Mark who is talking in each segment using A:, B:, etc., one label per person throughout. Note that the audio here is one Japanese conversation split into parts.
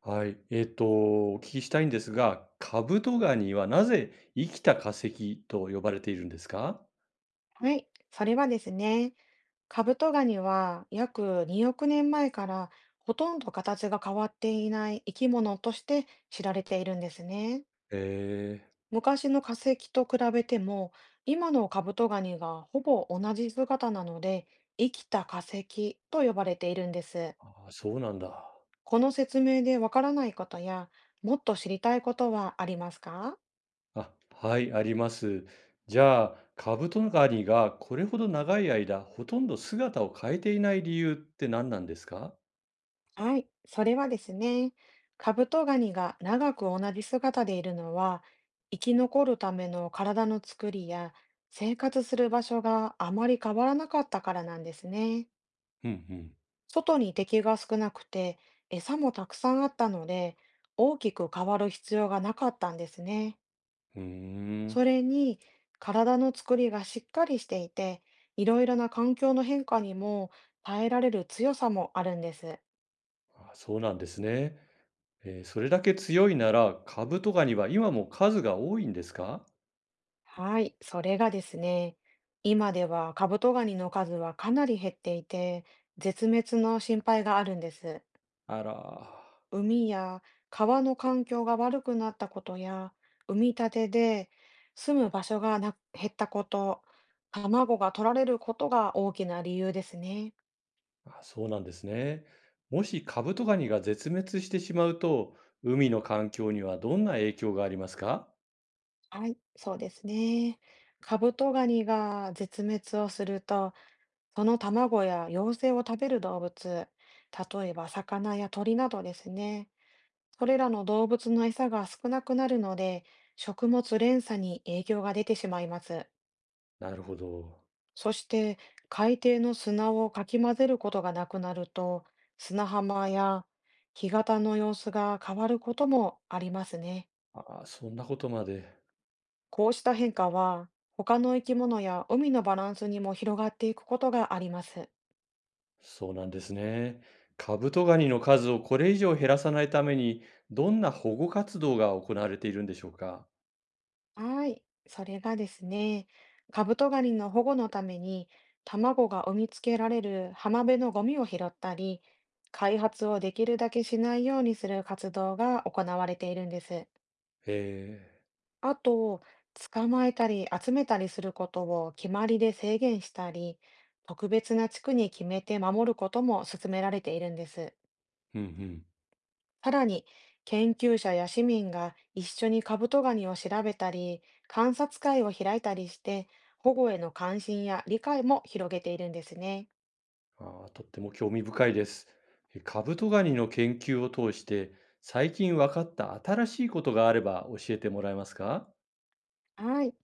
A: はい。お聞きしたいんですが、カブトガニはなぜ生きた化石と呼ばれているんですか？
B: はい、それはですね、カブトガニは約2億年前からほとんど形が変わっていない生き物として知られているんですね。
A: ええ。
B: 昔の化石と比べても今のカブトガニがほぼ同じ姿なので、生きた化石と呼ばれているんです。
A: ああ、そうなんだ。
B: この説明でわからないことやもっと知りたいことはありますか？
A: あ、はい、あります。じゃあ、カブトガニがこれほど長い間、ほとんど姿を変えていない理由って何なんですか？
B: はい、それはですね、カブトガニが長く同じ姿でいるのは、生き残るための体の作りや生活する場所があまり変わらなかったからなんですね。
A: うん
B: 外に敵が少なくて、餌もたくさんあったので、大きく変わる必要がなかったんですね。
A: うん。うー
B: そ
A: ん。
B: れに、体の作りがしっかりしていて、いろいろな環境の変化にも耐えられる強さもあるんです。
A: あ、そうなんですね。それだけ強いなら、カブトガニは今も数が多いんですか？
B: はい、それがですね、今ではカブトガニの数はかなり減っていて、絶滅の心配があるんです。
A: あら。
B: 海や川の環境が悪くなったことや、海み立てで住む場所がな減ったこと、卵が取られることが大きな理由ですね。
A: あ、そうなんですね。もしカブトガニが絶滅してしまうと、海の環境にはどんな影響がありますか？
B: はい、そうですね。カブトガニが絶滅をすると、その卵や幼生を食べる動物、例えば魚や鳥などですね。それらの動物の餌が少なくなるので、食物連鎖に影響が出てしまいます。
A: なるほど。
B: そして、海底の砂をかき混ぜることがなくなると、砂浜や干潟の様子が変わることもありますね。
A: ああ、そんなことまで。
B: こうした変化は、他の生き物や海のバランスにも広がっていくことがあります。
A: そうなんですね。カブトガニの数をこれ以上減らさないために、どんな保護活動が行われているんでしょうか？
B: はい、それがですね、カブトガニの保護のために卵が産みつけられる浜辺のゴミを拾ったり、開発をできるだけしないようにする活動が行われているんです。
A: へ
B: あと、捕まえたり集めたりすることを決まりで制限したり、特別な地区に決めて守ることも進められているんです。
A: え、うんうん。
B: さらに、研究者や市民が一緒にカブトガニを調べたり、観察会を開いたりして、保護への関心や理解も広げているんですね。
A: ああ、とっても興味深いです。カブトガニの研究を通して、最近分かった新しいことがあれば教えてもらえますか？
B: はい。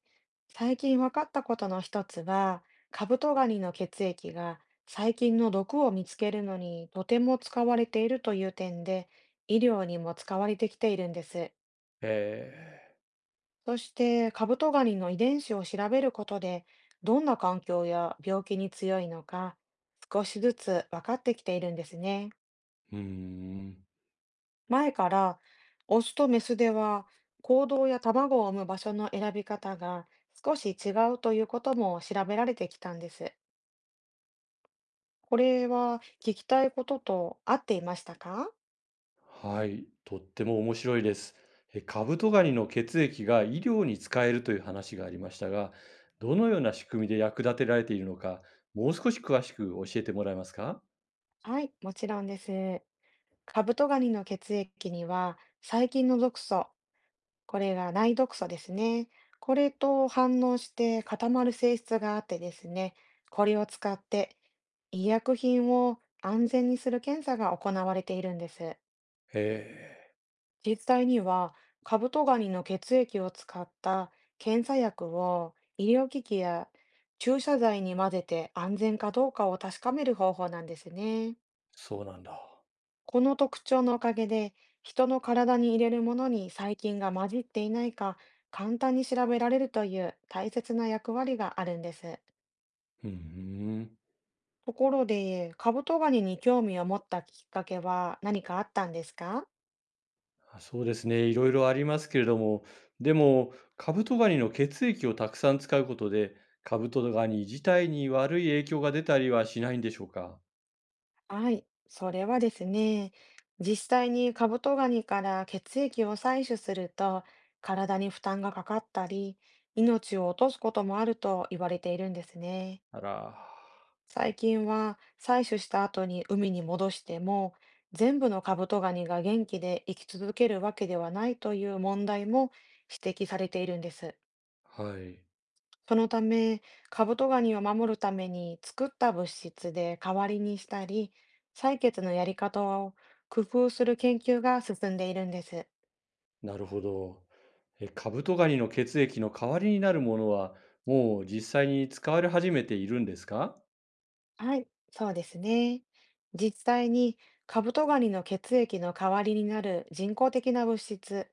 B: 最近分かったことの一つは、カブトガニの血液が細菌の毒を見つけるのにとても使われているという点で、医療にも使われてきているんです。
A: へえ。
B: そしてカブトガニの遺伝子を調べることで、どんな環境や病気に強いのか、少しずつ分かってきているんですね。
A: うーん。
B: 前から、オスとメスでは、行動や卵を産む場所の選び方が少し違うということも調べられてきたんです。これは聞きたいことと合っていましたか？
A: はい、とっても面白いです。え、カブトガニの血液が医療に使えるという話がありましたが、どのような仕組みで役立てられているのか、もう少し詳しく教えてもらえますか？
B: はい、もちろんです。カブトガニの血液には細菌の毒素、これが内毒素ですね。これと反応して固まる性質があってですね、これを使って医薬品を安全にする検査が行われているんです。
A: へえ、
B: 実際にはカブトガニの血液を使った検査薬を医療機器や注射剤に混ぜて安全かどうかを確かめる方法なんですね。
A: そうなんだ。
B: この特徴のおかげで、人の体に入れるものに細菌が混じっていないか、簡単に調べられるという大切な役割があるんです。
A: うんうん。
B: ところで、カブトガニに興味を持ったきっかけは何かあったんですか？
A: あ、そうですね、いろいろありますけれども、でも、カブトガニの血液をたくさん使うことで、カブトガニ自体に悪い影響が出たりはしないんでしょうか？
B: はい、それはですね、実際にカブトガニから血液を採取すると、体に負担がかかったり、命を落とすこともあると言われているんですね。
A: あら、
B: 最近は採取した後に海に戻しても全部のカブトガニが元気で生き続けるわけではないという問題も指摘されているんです。
A: はい、
B: そのため、カブトガニを守るために作った物質で代わりにしたり、採血のやり方を工夫する研究が進んでいるんです。
A: なるほど。え、カブトガニの血液の代わりになるものは、もう実際に使われ始めているんですか？
B: はい、そうですね。実際にカブトガニの血液の代わりになる人工的な物質、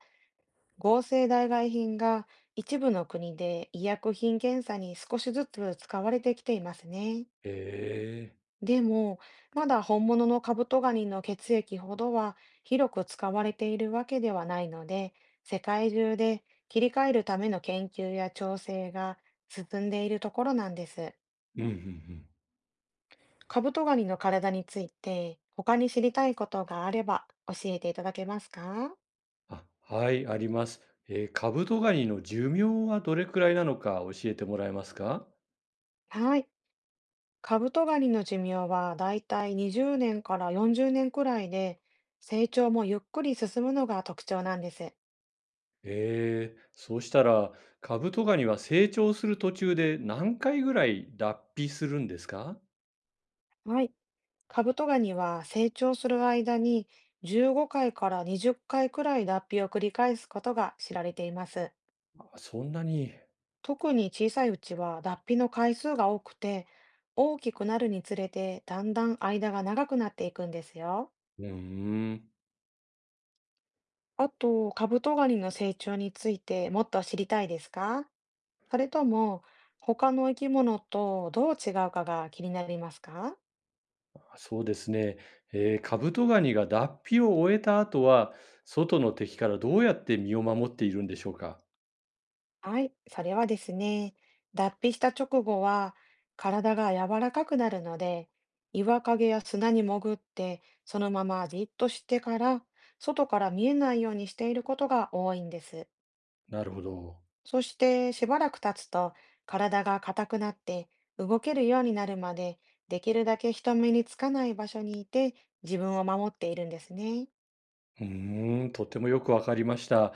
B: 合成代替品が一部の国で医薬品検査に少しずつ使われてきていますね。
A: ええ。
B: でも、まだ本物のカブトガニの血液ほどは広く使われているわけではないので、世界中で切り替えるための研究や調整が進んでいるところなんです。
A: うんうんうん。
B: カブトガニの体について他に知りたいことがあれば教えていただけますか？
A: あ、はい、あります。カブトガニの寿命はどれくらいなのか教えてもらえますか？
B: はい。カブトガニの寿命はだいたい20年から40年くらいで、成長もゆっくり進むのが特徴なんです。
A: ええ、そうしたら、カブトガニは成長する途中で何回ぐらい脱皮するんですか？
B: はい。カブトガニは成長する間に15回から20回くらい脱皮を繰り返すことが知られています。
A: あ、そんなに。
B: 特に小さいうちは脱皮の回数が多くて、大きくなるにつれてだんだん間が長くなっていくんですよ。
A: うーん。
B: あと、カブトガニの成長についてもっと知りたいですか？それとも他の生き物とどう違うかが気になりますか？
A: あ、そうですね、カブトガニが脱皮を終えた後は、外の敵からどうやって身を守っているんでしょうか。
B: はい、それはですね、脱皮した直後は体が柔らかくなるので、岩陰や砂に潜って、そのままじっとしてから、外から見えないようにしていることが多いんです。
A: なるほど。
B: そしてしばらく経つと、体が硬くなって動けるようになるまで、できるだけ人目につかない場所にいて自分を守っているんですね。
A: うーん、とてもよくわかりました。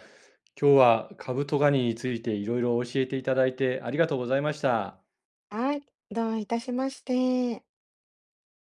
A: 今日はカブトガニについていろいろ教えていただいてありがとうございました。
B: はい、どういたしまして。